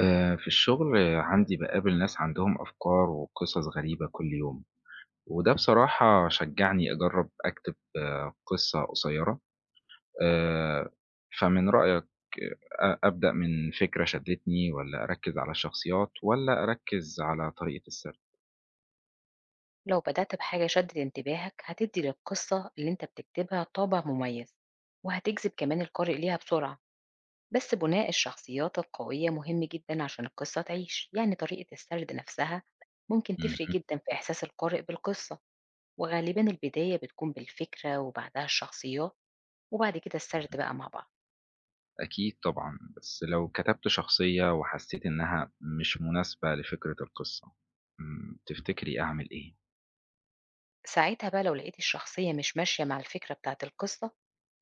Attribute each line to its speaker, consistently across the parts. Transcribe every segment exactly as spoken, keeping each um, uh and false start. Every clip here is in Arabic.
Speaker 1: آآ في الشغل عندي باقابل ناس عندهم أفكار وقصص غريبة كل يوم، وده بصراحة شجّعني أجرّب أكتب آه، قصة قصيّرة، آآ فمن رأيك أ أبدأ من فكرة شدّتني والّا أركّز على الشخصيات والّا أركّز على طريقة السرد؟
Speaker 2: لو بدأت بحاجة شدت انتباهك هتدي للقصة اللي انت بتكتبها طابع مميز، وهتجذب كمان القارئ ليها بسرعة. بس بناء الشخصيات القوية مهم جدا عشان القصة تعيش، يعني طريقة السرد نفسها ممكن تفرق
Speaker 1: اهم،
Speaker 2: جدا في إحساس القارئ بالقصة. وغالبا البداية بتكون بالفكرة وبعدها الشخصيات وبعد كده السرد بقى مع بعض.
Speaker 1: أكيد طبعًا، بس لو كتبت شخصية وحسّيت إنها مش مناسبة لفكرة القصة، إمم، تفتكري أعمل إيه؟
Speaker 2: ساعتها بقى لو لقيت الشخصية مش ماشية مع الفكرة بتاعت القصة،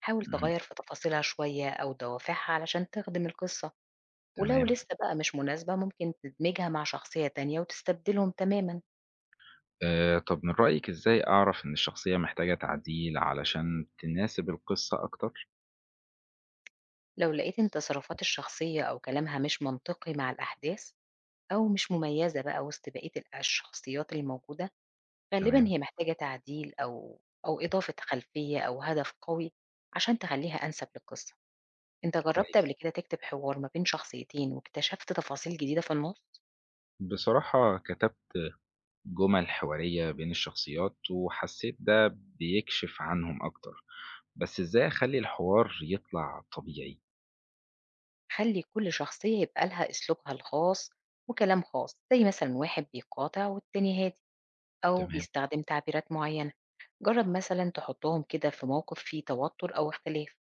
Speaker 2: حاول
Speaker 1: اهم،
Speaker 2: تغير في تفاصيلها شوية أو دوافعها علشان تخدم القصة. ولو
Speaker 1: تمام.
Speaker 2: لسه بقى مش مناسبة ممكن تدمجها مع شخصية تانية وتستبدلهم تماما.
Speaker 1: آآ طب من رأيِك إزاي أعرف إن الشخصية محتاجة تعديل علشان تناسب القصة أكتر؟
Speaker 2: لو لقيت إن تصرفات الشخصية أو كلامها مش منطقي مع الأحداث، أو مش مميزة بقى وسط بقية الأ- الشخصيات الموجودة، غالبا
Speaker 1: تمام،
Speaker 2: هي محتاجة تعديل أو أو إضافة خلفية أو هدف قوي عشان تخليها أنسب للقصة. أنت جربت قبل
Speaker 1: كويس.
Speaker 2: كده تكتب حوار ما بين شخصيتين واكتشفت تفاصيل جديدة في النص؟
Speaker 1: بصراحة كتبت جُمل حوارية بين الشخصيات وحسّيت ده بيكشف عنهم أكتر، بس إزاي أخلّي الحوار يطلع طبيعي؟
Speaker 2: خلي كل شخصية يبقى لها أسلوبها الخاص وكلام خاص، زي مثلا واحد بيقاطع والتاني هادي أو
Speaker 1: تمام.
Speaker 2: بيستخدم تعبيرات معينة. جرب مثلا تحطهم كده في موقف فيه توتر أو اختلاف،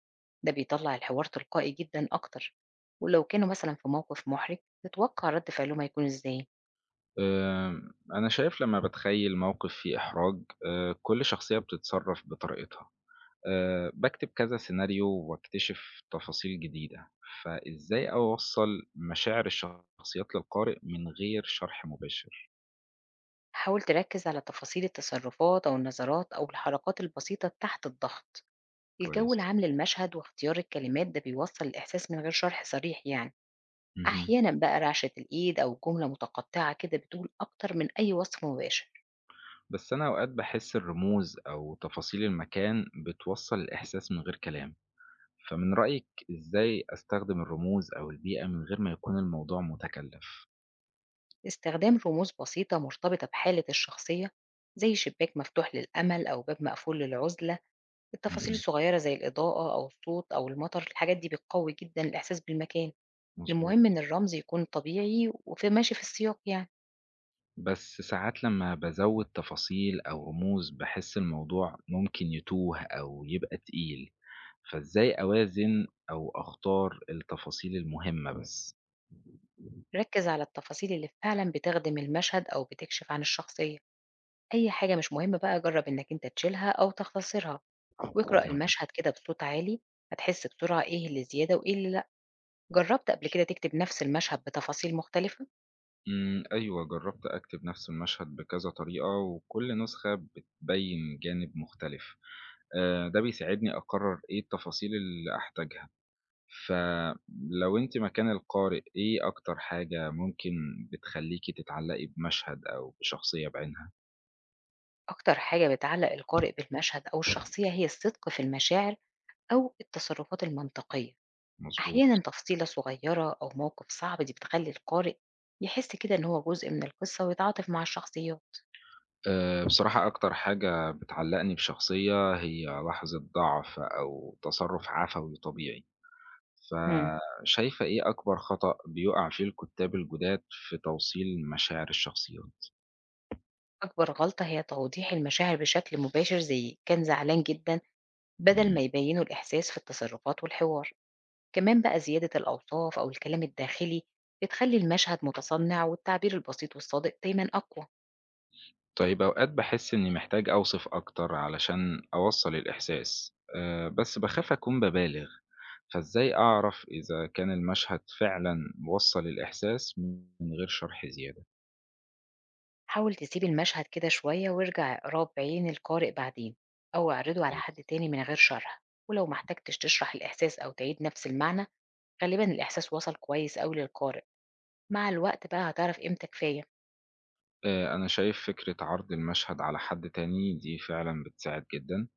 Speaker 2: ده بيطلع الحوار تلقائي جدا أكتر. ولو كانوا مثلا في موقف محرج، تتوقع رد فعلهم هيكون إزاي.
Speaker 1: آمم أنا شايف لمّا باتخيّل موقف فيه إحراج آآ كل شخصية بتتصرّف بطريقتها. آآ باكتب كذا سيناريو واكتشف تفاصيل جديدة، فإزاي أوصّل مشاعر الشخصيات للقارئ من غير شرح مباشر؟
Speaker 2: حاول تركز على تفاصيل التصرفات أو النظرات أو الحركات البسيطة تحت الضغط، الجو
Speaker 1: كويس،
Speaker 2: العام للمشهد واختيار الكلمات، ده بيوصل الإحساس من غير شرح صريح يعني.
Speaker 1: اهم.
Speaker 2: أحيانا بقى رعشة الإيد أو جملة متقطعة كده بتقول أكتر من أي وصف مباشر.
Speaker 1: بس أنا أوقات باحس الرموز أو تفاصيل المكان بتوصّل الإحساس من غير كلام، فمن رأيِك إزاي أستخدم الرموز أو البيئة من غير ما يكون الموضوع متكلف؟
Speaker 2: استخدام رموز بسيطة مرتبطة بحالة الشخصية، زي شباك مفتوح للأمل أو باب مقفول للعزلة. التفاصيل
Speaker 1: اهم،
Speaker 2: الصغيرة زي الإضاءة أو الصوت أو المطر، الحاجات دي بتقوي جدا الإحساس بالمكان. المهم
Speaker 1: مضبوط.
Speaker 2: إن الرمز يكون طبيعي وفي ماشي في السياق يعني.
Speaker 1: بس ساعات لمّا بازوّد تفاصيل أو رموز باحس الموضوع ممكن يتوه أو يبقى تقيل. فإزاي أوازن أو أختار التفاصيل المهمة بس؟
Speaker 2: ركز على التفاصيل اللي فعلا بتخدم المشهد أو بتكشف عن الشخصية، أي حاجة مش مهمة بقى جرب إنك أنت تشيلها أو تختصرها، واقرأ
Speaker 1: تمام.
Speaker 2: المشهد كده بصوت عالي. هتحس بسرعة إيه اللي زيادة وإيه اللي لأ. جربت قبل كده تكتب نفس المشهد بتفاصيل مختلفة؟
Speaker 1: امم، أيوه، جرّبت أكتب نفس المشهد بكذا طريقة، وكل نسخة بتبيّن جانب مختلف. آآ، ده بيساعدني أقرّر إيه التفاصيل اللي أحتاجها. فلو أنتِ مكان القارئ، إيه أكتر حاجة ممكن بتخلّيكِ تتعلّقي بمشهد أو بشخصية بعينها؟
Speaker 2: أكتر حاجة بتعلق القارئ بالمشهد أو الشخصية هي الصدق في المشاعر أو التصرفات المنطقية.
Speaker 1: مضبوط.
Speaker 2: أحيانا تفصيلة صغيرة أو موقف صعب دي بتخلي القارئ يحس كده إن هو جزء من القصة ويتعاطف مع الشخصيات.
Speaker 1: آآ بصراحة أكتر حاجة بتعلّقني بشخصية هي لحظة ضعف أو تصرُّف عفوي طبيعي،
Speaker 2: مم.
Speaker 1: فشايفة إيه أكبر خطأ بيُقع فيه الكُتّاب الجُداد في توصيل مشاعر الشخصيات؟
Speaker 2: أكبر غلطة هي توضيح المشاعر بشكل مباشر زي كان زعلان جدا، بدل
Speaker 1: إمم،
Speaker 2: ما يبينوا الإحساس في التصرفات والحوار. كمان بقى زيادة الأوصاف أو الكلام الداخلي بتخلي المشهد متصنع، والتعبير البسيط والصادق دايما أقوى.
Speaker 1: طيب أوقات باحس إنّي محتاج أوصف أكتر علشان أوصّل الإحساس، آآ بس باخاف أكون بابالغ، فإزاي أعرف إذا كان المشهد فعلًا وصّل الإحساس من غير شرح زيادة؟
Speaker 2: حاول تسيب المشهد كده شوية وارجع اقراه بعين القارئ بعدين، أو اعرضه على حد تاني من غير شرح. ولو محتاجتش تشرح الإحساس أو تعيد نفس المعنى، غالبا الإحساس وصل كويس أوي للقارئ. مع الوقت بقى هتعرف امتى كفاية.
Speaker 1: آآ أنا شايف فكرة عرض المشهد على حد تاني دي فعلًا بتساعد جدًا،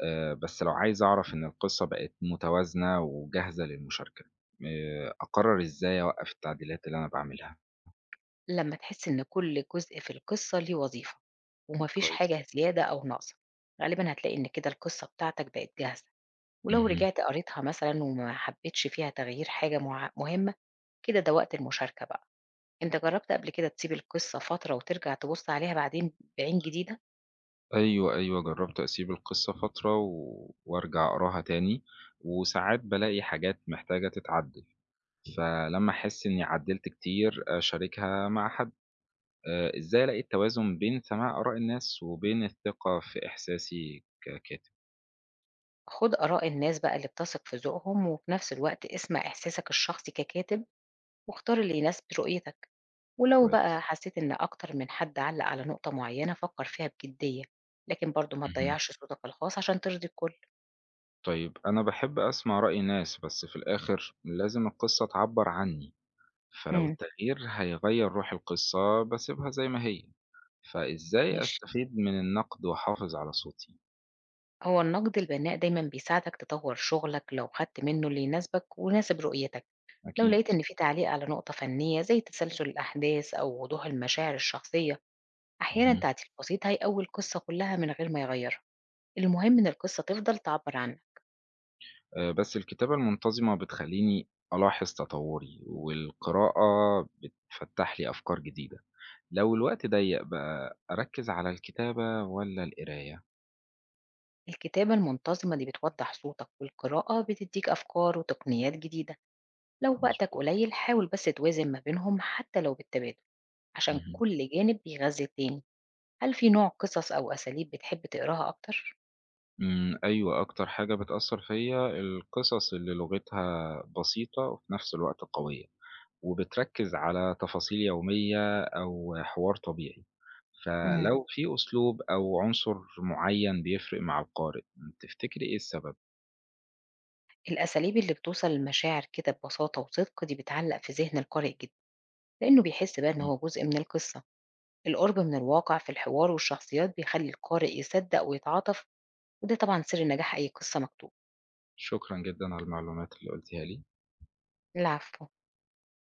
Speaker 1: آآ بس لو عايز أعرف إن القصة بقت متوازنة وجاهزة للمشاركة، آآ أقرر إزاي أوقّف التعديلات اللي أنا باعملها؟
Speaker 2: لما تحس إن كل جزء في القصة ليه وظيفة ومفيش
Speaker 1: كويس.
Speaker 2: حاجة زيادة أو ناقصة، غالبا هتلاقي إن كده القصة بتاعتك بقت جاهزة. ولو
Speaker 1: اهم.
Speaker 2: رجعت قريتها مثلا وما حبيتش فيها تغيير حاجة مع- مهمة، كده ده وقت المشاركة بقى. أنت جرّبت قبل كده تسيب القصة فترة وترجع تبُص عليها بعدين بعين جديدة؟
Speaker 1: أيوه، أيوه، جرّبت أسيب القصة فترة و وأرجع أقراها تاني، وساعات بالاقي حاجات محتاجة تتعدل، فلمّا أحس إني عدّلت كتير أشاركها مع حد. آآ إزاي ألاقي التوازن بين سماع آراء الناس وبين الثقة في إحساسي ككاتب؟
Speaker 2: خُد آراء الناس بقى اللي بتثق في ذوقهم، وفي نفس الوقت اسمع إحساسك الشخصي ككاتب واختار اللي يناسب رؤيتك، ولو بقى
Speaker 1: كويس.
Speaker 2: حسيت إن أكتر من حد علّق على نقطة معيّنة فكّر فيها بجدية، لكن برضه ما
Speaker 1: اهم.
Speaker 2: تضيّعش صوتك الخاص عشان ترضي الكل.
Speaker 1: طيب أنا باحب أسمع رأي ناس، بس في الآخر لازم القصة تعبّر عني، فلو
Speaker 2: إمم.
Speaker 1: التغيير هيغيّر روح القصة باسيبها زي ما هي، فإزاي
Speaker 2: ماشي.
Speaker 1: أستفيد من النقد وأحافظ على صوتي؟
Speaker 2: هو النقد البناء دايمًا بيساعدك تطوّر شغلك لو خدت منّه اللي يناسبك ويناسب رؤيتك. لو
Speaker 1: أكيد.
Speaker 2: لقيت إن في تعليق على نقطة فنية زي تسلسل الأحداث أو وضوح المشاعر الشخصية، أحيانا
Speaker 1: اهم.
Speaker 2: تعديل بسيط هيقوي القصة كلها من غير ما يغيرها. المهم إن القصة تفضل تعبر عنك.
Speaker 1: آآ بس الكتابة المنتظمة بتخلّيني ألاحظ تطوّري، والقراءة بتفتّح لي أفكار جديدة. لو الوقت ضيّق بقى، أركّز على الكتابة والّا القراية؟
Speaker 2: الكتابة المنتظمة دي بتوضح صوتك، والقراءة بتديك أفكار وتقنيات جديدة. لو وقتك
Speaker 1: مضبوط.
Speaker 2: قليل حاول بس توازن ما بينهم حتى لو بالتبادل، عشان
Speaker 1: اهم.
Speaker 2: كل جانب بيغذي التاني. هل في نوع قصص أو أساليب بتحب تقراها أكتر؟
Speaker 1: إمم، أيوه، أكتر حاجة بتأثّر فيّا القصص اللي لغتها بسيطة وفي نفس الوقت قوية، وبتركّز على تفاصيل يومية أو حوار طبيعي،
Speaker 2: مم.
Speaker 1: فلو في أسلوب أو عنصر معيّن بيفرق مع القارئ، تفتكري إيه السبب؟
Speaker 2: الأساليب اللي بتوصل للمشاعر كده ببساطة وصدق دي بتعلق في ذهن القارئ جدا، لأنه بيحس بقى إن
Speaker 1: إمم،
Speaker 2: هو جزء من القصة. القرب من الواقع في الحوار والشخصيات بيخلي القارئ يصدق ويتعاطف، وده طبعا سر نجاح أي قصة مكتوبة.
Speaker 1: شكرًا جدًا على المعلومات اللي قُلتيها لي.
Speaker 2: العفو.